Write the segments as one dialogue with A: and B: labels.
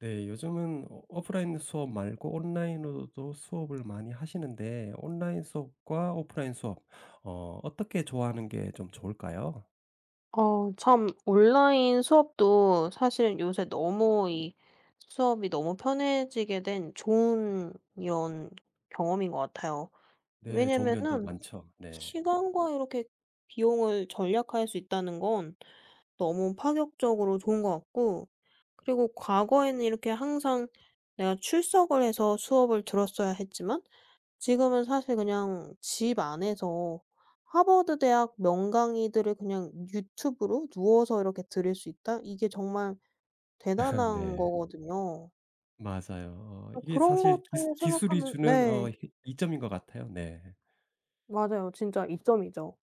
A: 네. 요즘은 오프라인 수업 말고 온라인으로도 수업을 많이 하시는데 온라인 수업과 오프라인 수업 어떻게 좋아하는 게 좀 좋을까요?
B: 참 온라인 수업도 사실 요새 너무 이 수업이 너무 편해지게 된 좋은 이런 경험인 것 같아요.
A: 네. 좋은 면도
B: 왜냐면은
A: 많죠. 네.
B: 시간과 이렇게 비용을 절약할 수 있다는 건 너무 파격적으로 좋은 것 같고, 그리고 과거에는 이렇게 항상 내가 출석을 해서 수업을 들었어야 했지만 지금은 사실 그냥 집 안에서 하버드 대학 명강의들을 그냥 유튜브로 누워서 이렇게 들을 수 있다? 이게 정말 대단한
A: 네.
B: 거거든요.
A: 맞아요. 이게
B: 그런
A: 사실
B: 것도
A: 기술이
B: 생각하면,
A: 주는
B: 네.
A: 어 히 이점인 것 같아요. 네.
B: 맞아요. 진짜 이점이죠.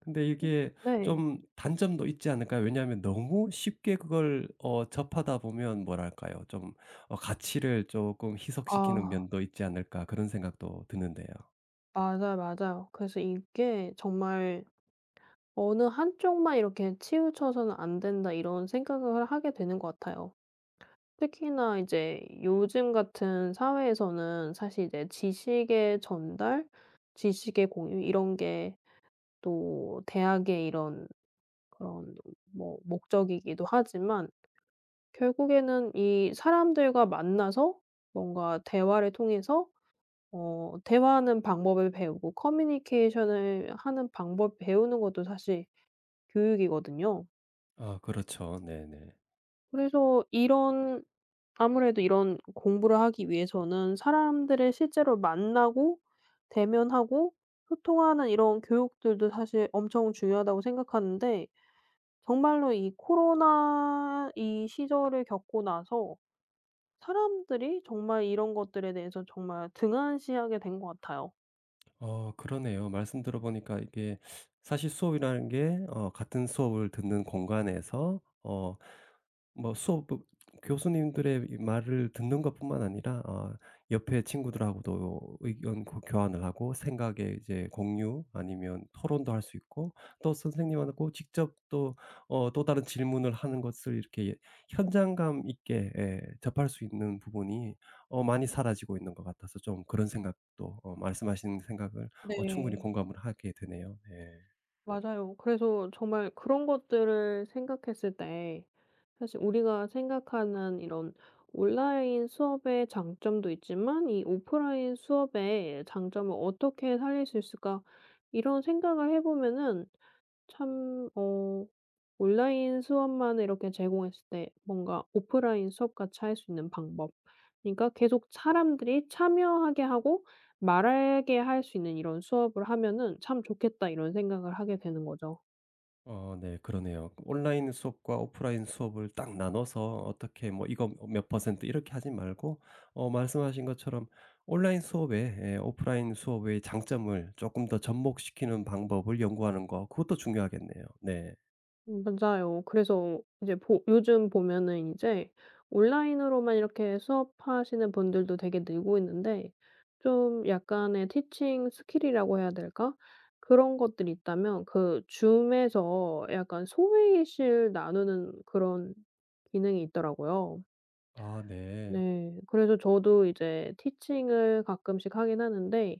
A: 근데
B: 음,
A: 이게
B: 네.
A: 좀 단점도 있지 않을까요? 왜냐하면 너무 쉽게 그걸 접하다 보면 뭐랄까요? 좀 '가치를 조금 희석시키는
B: 아,
A: 면도 있지 않을까.' 그런 생각도 드는데요.
B: 맞아요, 맞아요. 그래서 이게 정말 '어느 한쪽만 이렇게 치우쳐서는 안 된다.' 이런 생각을 하게 되는 것 같아요. 특히나 이제 요즘 같은 사회에서는 사실 이제 지식의 전달, 지식의 공유 이런 게 또 대학의 이런 그런 뭐 목적이기도 하지만, 결국에는 이 사람들과 만나서 뭔가 대화를 통해서 대화하는 방법을 배우고 커뮤니케이션을 하는 방법 배우는 것도 사실 교육이거든요.
A: 아 그렇죠. 네네.
B: 그래서 이런, 아무래도 이런 공부를 하기 위해서는 사람들을 실제로 만나고 대면하고 소통하는 이런 교육들도 사실 엄청 중요하다고 생각하는데, 정말로 이 코로나 이 시절을 겪고 나서 사람들이 정말 이런 것들에 대해서 정말 등한시하게 된 것 같아요.
A: 그러네요. 말씀 들어보니까 이게 사실 수업이라는 게 같은 수업을 듣는 공간에서 뭐 수업 뭐 교수님들의 이 말을 듣는 것뿐만 아니라 아 옆에 친구들하고도 의견 고 교환을 하고 생각의 이제 공유 아니면 토론도 할 수 있고 또 선생님하고 직접 또 또 다른 질문을 하는 것을 이렇게 현장감 있게 예 접할 수 있는 부분이 많이 사라지고 있는 것 같아서 좀 그런 생각도, 말씀하신 생각을 충분히
B: 네.
A: 공감을 하게 되네요. 네.
B: 맞아요. 그래서 정말 그런 것들을 생각했을 때, 사실 우리가 생각하는 이런 온라인 수업의 장점도 있지만 이 오프라인 수업의 장점을 어떻게 살릴 수 있을까 이런 생각을 해 보면은, 참 온라인 수업만 이렇게 제공했을 때 뭔가 오프라인 수업과 차이할 수 있는 방법, 그러니까 계속 사람들이 참여하게 하고 말하게 할 수 있는 이런 수업을 하면은 '참 좋겠다.' 이런 생각을 하게 되는 거죠.
A: 네, 그러네요. 온라인 수업과 오프라인 수업을 딱 나눠서 어떻게 뭐 이거 몇 퍼센트 이렇게 하지 말고, 말씀하신 것처럼 온라인 수업에, 예, 오프라인 수업의 장점을 조금 더 접목시키는 방법을 연구하는 거, 그것도 중요하겠네요. 네.
B: 음, 맞아요. 그래서 이제 보 요즘 보면은 이제 온라인으로만 이렇게 수업하시는 분들도 되게 늘고 있는데, 좀 약간의 티칭 스킬이라고 해야 될까? 그런 것들이 있다면 그 줌에서 약간 소회의실 나누는 그런 기능이 있더라고요.
A: 아 네.
B: 네. 그래서 저도 이제 티칭을 가끔씩 하긴 하는데,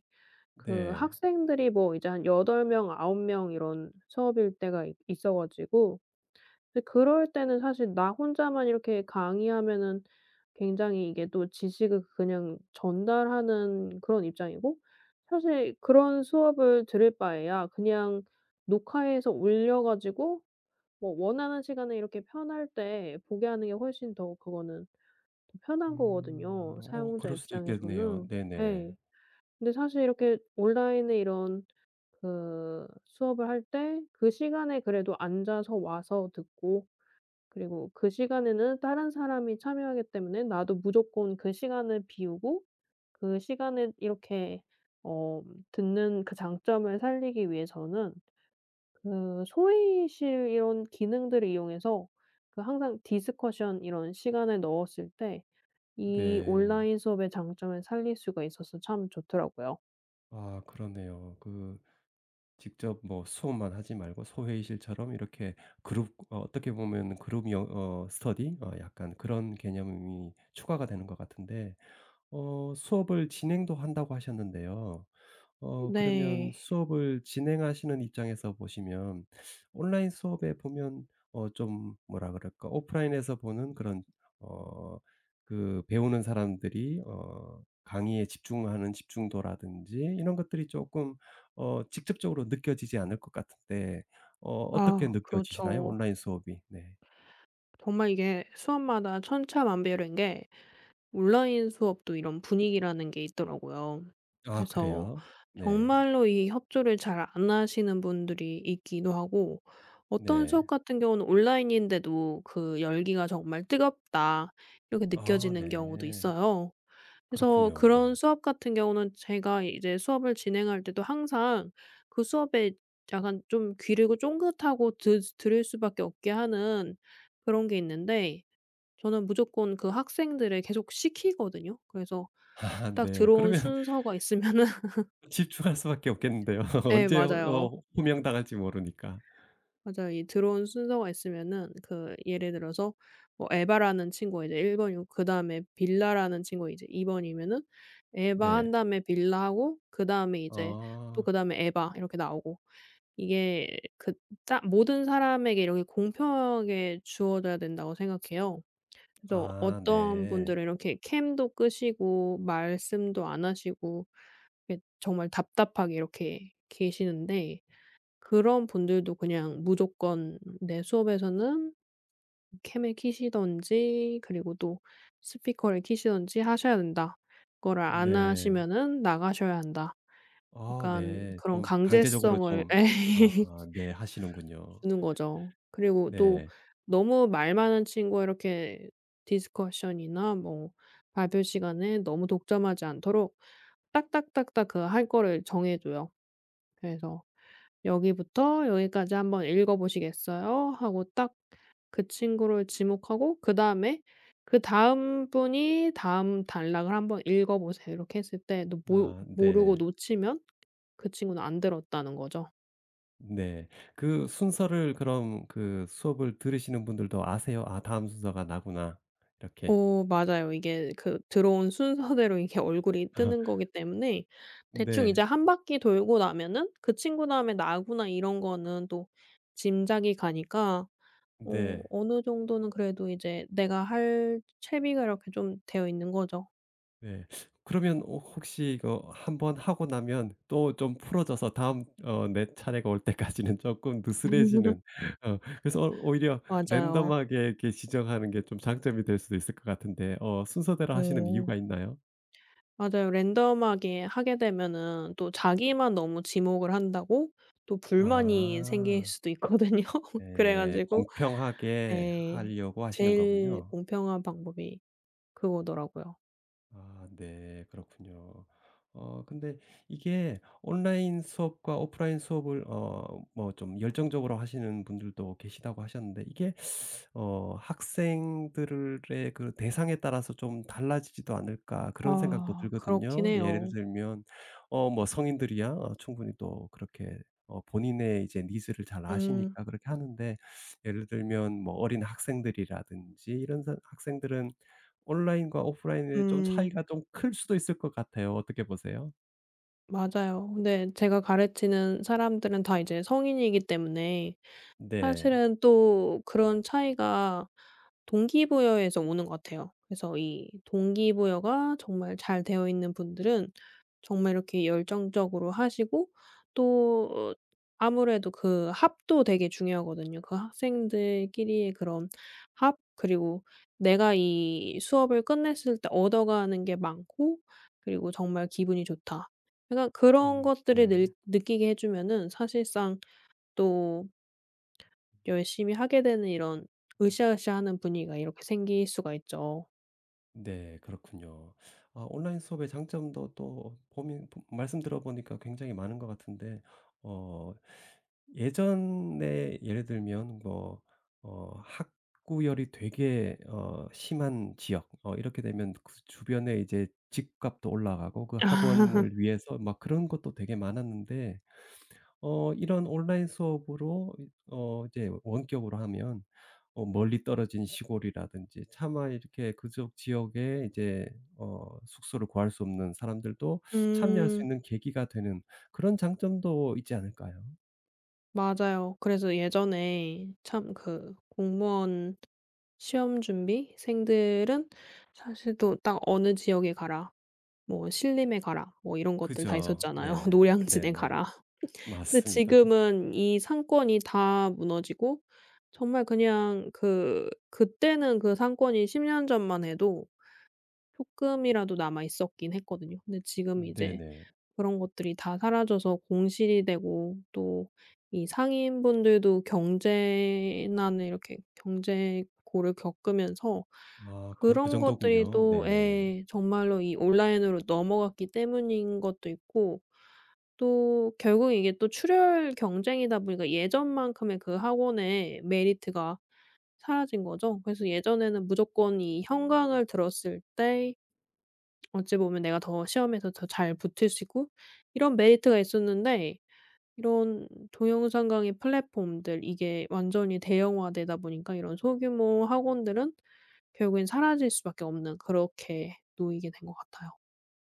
B: 그
A: 네.
B: 학생들이 뭐 이제 한 8 명, 9명 이런 수업일 때가 있 있어 가지고, 근데 그럴 때는 사실 나 혼자만 이렇게 강의하면은 굉장히 이게 또 지식을 그냥 전달하는 그런 입장이고, 사실 그런 수업을 들을 바에야 그냥 녹화해서 올려 가지고 뭐 원하는 시간에 이렇게 편할 때 보게 하는 게 훨씬 더, 그거는 더 편한
A: 음.
B: 거거든요, 사용자
A: 그럴 수도 있겠네요.
B: 입장에서는.
A: 네네.
B: 예. 근데 사실 이렇게 온라인의 이런 그 수업을 할 때 그 시간에 그래도 앉아서 와서 듣고, 그리고 그 시간에는 다른 사람이 참여하기 때문에 나도 무조건 그 시간을 비우고 그 시간에 이렇게 어 듣는 그 장점을 살리기 위해서는, 그 소위실 이런 기능들을 이용해서 그 항상 디스커션 이런 시간을 넣었을 때 이
A: 네.
B: 온라인 수업의 장점을 살릴 수가 있어서 참 좋더라고요.
A: 아 그러네요. 그 직접 뭐 수업만 하지 말고 소회의실처럼 이렇게 그룹, 어떻게 보면 그룹 영 어 스터디, 약간 그런 개념이 추가가 되는 것 같은데, 수업을 진행도 한다고 하셨는데요. 그러면
B: 네.
A: 수업을 진행하시는 입장에서 보시면, 온라인 수업에 보면 좀 뭐라 그럴까? 오프라인에서 보는 그런 어 그 배우는 사람들이 강의에 집중하는 집중도라든지 이런 것들이 조금 직접적으로 느껴지지 않을 것 같은데, 어떻게
B: 아,
A: 느껴지시나요?
B: 그렇죠.
A: 온라인 수업이. 네.
B: 정말 이게 수업마다 천차만별인 게, 온라인 수업도 이런 분위기라는 게 있더라고요.
A: 아
B: 그래서
A: 그래요? 네.
B: 정말로 이 협조를 잘 안 하시는 분들이 있기도 하고, 어떤
A: 네.
B: 수업 같은 경우는 온라인인데도 그 열기가 정말 뜨겁다 이렇게
A: 아
B: 느껴지는 경우도
A: 네.
B: 있어요. 그래서
A: 그렇군요. 네.
B: 그런 수업 같은 경우는 제가 이제 수업을 진행할 때도 항상 그 수업에 약간 좀 귀를 쫑긋하고 드 들을 수밖에 없게 하는 그런 게 있는데, 저는 무조건 그 학생들을 계속 시키거든요. 그래서
A: 아
B: 딱
A: 네.
B: 들어온
A: 그러면
B: 순서가 있으면은
A: 집중할 수밖에 없겠는데요.
B: 예,
A: 언제
B: 맞아요.
A: 호명당할지 모르니까.
B: 맞아요. 이 들어온 순서가 있으면은 그 예를 들어서 뭐 에바라는 친구가 이제 1 번이고 그다음에 빌라라는 친구가 이제 2 번이면은 에바 한
A: 네.
B: 다음에 빌라 하고 그다음에 이제 또
A: 어.
B: 그다음에 에바 이렇게 나오고, 이게 그 짜 모든 사람에게 이렇게 공평하게 주어져야 된다고 생각해요. 그래서
A: 아
B: 어떤
A: 네.
B: 분들은 이렇게 캠도 끄시고 말씀도 안 하시고 이렇게 정말 답답하게 이렇게 계시는데, 그런 분들도 그냥 무조건 내 수업에서는 캠을 키시든지 그리고 또 스피커를 키시든지 하셔야 된다. 그거를 안
A: 네.
B: 하시면은 나가셔야 한다.
A: 아
B: 약간
A: 네.
B: 그런
A: 좀 강제적으로
B: 강제성을
A: 좀. 아
B: 예.
A: 네, 하시는군요.
B: 주는 거죠. 그리고 또
A: 네.
B: 너무 말 많은 친구와 이렇게 디스커션이나 뭐 발표 시간에 너무 독점하지 않도록 딱딱딱딱 그 할 거를 정해 줘요. 그래서 "여기부터 여기까지 한번 읽어 보시겠어요?" 하고 딱 그 친구를 지목하고 그다음에 "그다음 분이 다음 단락을 한번 읽어 보세요." 이렇게 했을 때 또 모
A: 아
B: 모르고
A: 네.
B: 놓치면 그 친구는 안 들었다는 거죠.
A: 네. 그 순서를, 그럼 그 수업을 들으시는 분들도 아세요? '아 다음 순서가 나구나.' 이렇게.
B: 맞아요. 이게 그 들어온 순서대로 이렇게 얼굴이 뜨는 거기 때문에 대충 이제
A: 네.
B: 한 바퀴 돌고 나면은 '그 친구 다음에 나구나.' 이런 거는 또 짐작이 가니까
A: 네.
B: 어느 정도는 그래도 이제 내가 할 채비가 이렇게 좀 되어 있는 거죠.
A: 네. 그러면 혹시 이거 한번 하고 나면 또 좀 풀어져서 다음 내 차례가 올 때까지는 조금 느슨해지는 그래서 오히려
B: 맞아요.
A: 랜덤하게 이렇게 지정하는 게 좀 장점이 될 수도 있을 것 같은데, 순서대로 하시는
B: 어.
A: 이유가 있나요?
B: 맞아요. 랜덤하게 하게 되면은 또 자기만 너무 지목을 한다고 또 불만이 생길
A: 아.
B: 수도 있거든요. 그래
A: 네.
B: 가지고
A: 공평하게
B: 예.
A: 하려고 하시는
B: 제일
A: 거군요.
B: 공평한 방법이 그거더라고요.
A: 아 네. 그렇군요. 근데 이게 온라인 수업과 오프라인 수업을 뭐 좀 열정적으로 하시는 분들도 계시다고 하셨는데, 이게 '학생들의 그 대상에 따라서 좀 달라지지도 않을까.' 그런 생각도
B: 아, 그렇긴
A: 들거든요. 예를
B: 해요.
A: 들면 뭐 성인들이야 충분히 또 그렇게 본인의 이제 니즈를 잘
B: 음.
A: 아시니까 그렇게 하는데, 예를 들면 뭐 어린 학생들이라든지 이런 사 학생들은 온라인과 오프라인의 좀
B: 음.
A: 차이가 좀 클 수도 있을 것 같아요. 어떻게 보세요?
B: 맞아요. 근데 제가 가르치는 사람들은 다 이제 성인이기 때문에,
A: 네.
B: 사실은 또 그런 차이가 동기부여에서 오는 것 같아요. 그래서 이 동기부여가 정말 잘 되어 있는 분들은 정말 이렇게 열정적으로 하시고, 또 아무래도 그 합도 되게 중요하거든요. 그 학생들끼리의 그런 합, 그리고 내가 이 수업을 끝냈을 때 얻어가는 게 많고 그리고 정말 기분이 좋다. 약간 그런
A: 음.
B: 것들을
A: 네.
B: 느 느끼게 해 주면은 사실상 또 열심히 하게 되는 이런 으쌰으쌰하는 분위기가 이렇게 생길 수가 있죠.
A: 네. 그렇군요. 아, 온라인 수업의 장점도 또 고민 보 말씀 들어보니까 굉장히 많은 것 같은데, 어 예전에 예를 들면 뭐, 학구열이 되게 심한 지역, 이렇게 되면 그 주변에 이제 집값도 올라가고 그 학원을 위해서 막 그런 것도 되게 많았는데, 이런 온라인 수업으로 이 이제 원격으로 하면 멀리 떨어진 시골이라든지 차마 이렇게 그쪽 지역에 이제 숙소를 구할 수 없는 사람들도 참여할 수
B: 음,
A: 있는 계기가 되는, 그런 장점도 있지 않을까요?
B: 맞아요. 그래서 예전에 참 그 공무원 시험 준비생들은 사실 또 딱 "어느 지역에 가라." 뭐 "신림에 가라." 뭐 이런 것들 다
A: 그죠.
B: 있었잖아요.
A: 네.
B: "노량진에
A: 네네.
B: 가라." 근데
A: 맞습니다.
B: 지금은 이 상권이 다 무너지고, 정말 그냥 그 그때는 그 상권이 10년 전만 해도 조금이라도 남아 있었긴 했거든요. 근데 지금 이제
A: 네네.
B: 그런 것들이 다 사라져서 공실이 되고, 또 이 상인분들도 경제난에 이렇게 경제고를 겪으면서
A: 아, 그
B: 그런 것들이
A: 정도군요.
B: 또,
A: 네.
B: 예, 정말로 이 온라인으로 넘어갔기 때문인 것도 있고, 또 결국 이게 또 출혈 경쟁이다 보니까 예전만큼의 그 학원의 메리트가 사라진 거죠. 그래서 예전에는 무조건 이 현강을 들었을 때 어찌 보면 내가 더 시험에서 더 잘 붙을 수 있고 이런 메리트가 있었는데, 이런 동영상 강의 플랫폼들 이게 완전히 대형화되다 보니까 이런 소규모 학원들은 결국엔 사라질 수밖에 없는 그렇게 놓이게 된 것 같아요.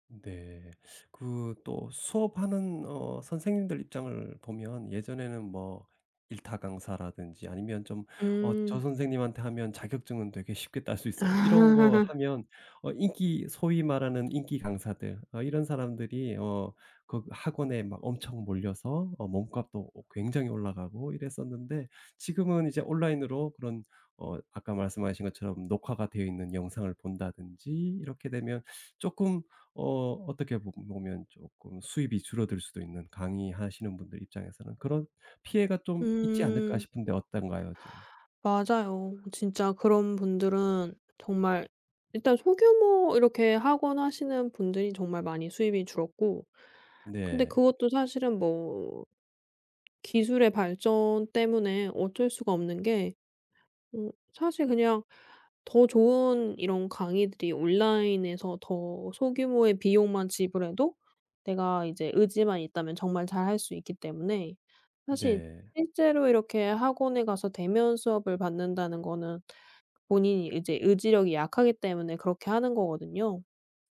A: 네. 그 또 수업하는 선생님들 입장을 보면 예전에는 뭐 일타 강사라든지, 아니면 좀 저
B: 음.
A: 선생님한테 하면 자격증은 되게 쉽게 딸 수 있어, 뭐 이런 거 하면 인기, 소위 말하는 인기 강사들, 이런 사람들이 그 학원에 막 엄청 몰려서 몸값도 굉장히 올라가고 이랬었는데, 지금은 이제 온라인으로 그런, 아까 말씀하신 것처럼 녹화가 되어 있는 영상을 본다든지 이렇게 되면 조금, 어떻게 보 보면 조금 수입이 줄어들 수도 있는 강의하시는 분들 입장에서는 그런 피해가 좀 있지 않을까
B: 음.
A: 싶은데, 어떤가요 지금?
B: 맞아요. 진짜 그런 분들은 정말, 일단 소규모 이렇게 학원 하시는 분들이 정말 많이 수입이 줄었고, 근데
A: 네.
B: 그것도 사실은 뭐 기술의 발전 때문에 어쩔 수가 없는 게, 사실 그냥 더 좋은 이런 강의들이 온라인에서 더 소규모의 비용만 지불해도 내가 이제 의지만 있다면 정말 잘 할 수 있기 때문에, 사실
A: 네.
B: 실제로 이렇게 학원에 가서 대면 수업을 받는다는 거는 본인이 이제 의지력이 약하기 때문에 그렇게 하는 거거든요.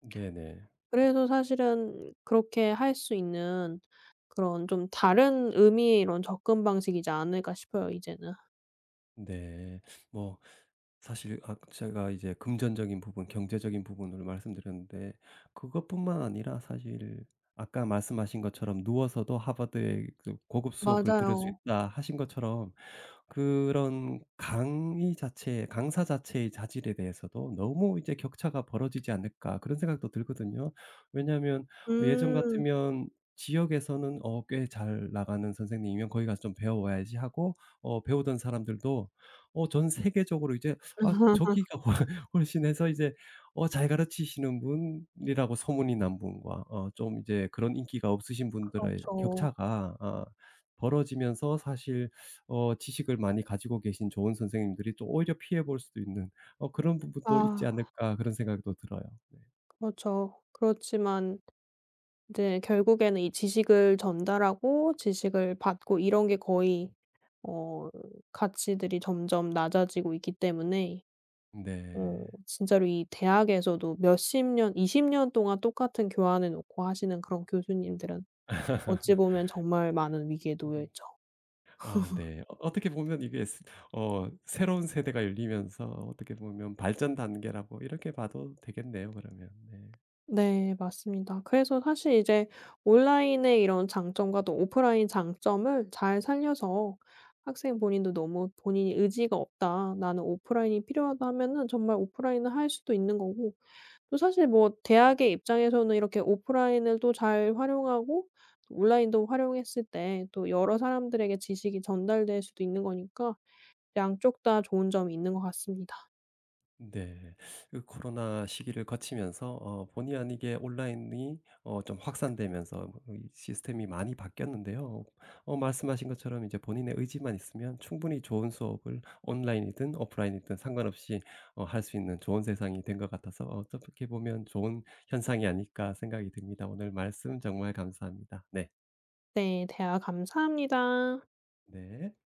A: 네네.
B: 그래서 사실은 그렇게 할 수 있는 그런 좀 다른 의미의 이런 접근 방식이지 않을까 싶어요 이제는.
A: 네. 뭐 사실, 아, 제가 이제 금전적인 부분, 경제적인 부분을 말씀드렸는데 그것뿐만 아니라 사실, 아까 말씀하신 것처럼 누워서도 하버드의 그 고급 수업을 들을 수
B: 맞아요.
A: 있다 하신 것처럼 그런 강의 자체, 강사 자체의 자질에 대해서도 너무 이제 격차가 벌어지지 않을까, 그런 생각도 들거든요. 왜냐하면 예전
B: 음.
A: 같으면 지역에서는 꽤 잘 나가는 선생님이면 거기 가서 좀 배워와야지 하고 배우던 사람들도 전 세계적으로 이제 아 저기가 훨씬 해서 이제 잘 가르치시는 분이라고 소문이 난 분과 좀 이제 그런 인기가 없으신 분들의
B: 그렇죠.
A: 격차가 아 벌어지면서 사실 지식을 많이 가지고 계신 좋은 선생님들이 또 오히려 피해 볼 수도 있는, 그런 부분도 있지
B: 아,
A: 않을까 그런 생각도 들어요. 네.
B: 그렇죠. 그렇지만 이제 결국에는 이 지식을 전달하고 지식을 받고 이런 게 거의 어 가치들이 점점 낮아지고 있기 때문에
A: 네.
B: 진짜로 이 대학에서도 몇십 년 20년 동안 똑같은 교환해 놓고 하시는 그런 교수님들은 어찌 보면 정말 많은 위기에 놓여 있죠.
A: 아 네. 어떻게 보면 이게 스 어 새로운 세대가 열리면서 어떻게 보면 발전 단계라고 이렇게 봐도 되겠네요 그러면. 네.
B: 네, 맞습니다. 그래서 사실 이제 온라인의 이런 장점과 또 오프라인 장점을 잘 살려서 학생 본인도 너무 본인이 의지가 없다, '나는 오프라인이 필요하다.' 하면은 정말 오프라인을 할 수도 있는 거고, 또 사실 뭐 대학의 입장에서는 이렇게 오프라인을 또 잘 활용하고 또 온라인도 활용했을 때 또 여러 사람들에게 지식이 전달될 수도 있는 거니까 양쪽 다 좋은 점이 있는 것 같습니다.
A: 네. 그 코로나 시기를 거치면서 본의 아니게 온라인이 좀 확산되면서 뭐이 시스템이 많이 바뀌었는데요. 말씀하신 것처럼 이제 본인의 의지만 있으면 충분히 좋은 수업을 온라인이든 오프라인이든 상관없이 할 수 있는 좋은 세상이 된 것 같아서 어떻게 보면 좋은 현상이 아닐까 생각이 듭니다. 오늘 말씀 정말 감사합니다. 네.
B: 네, 대화 감사합니다.
A: 네.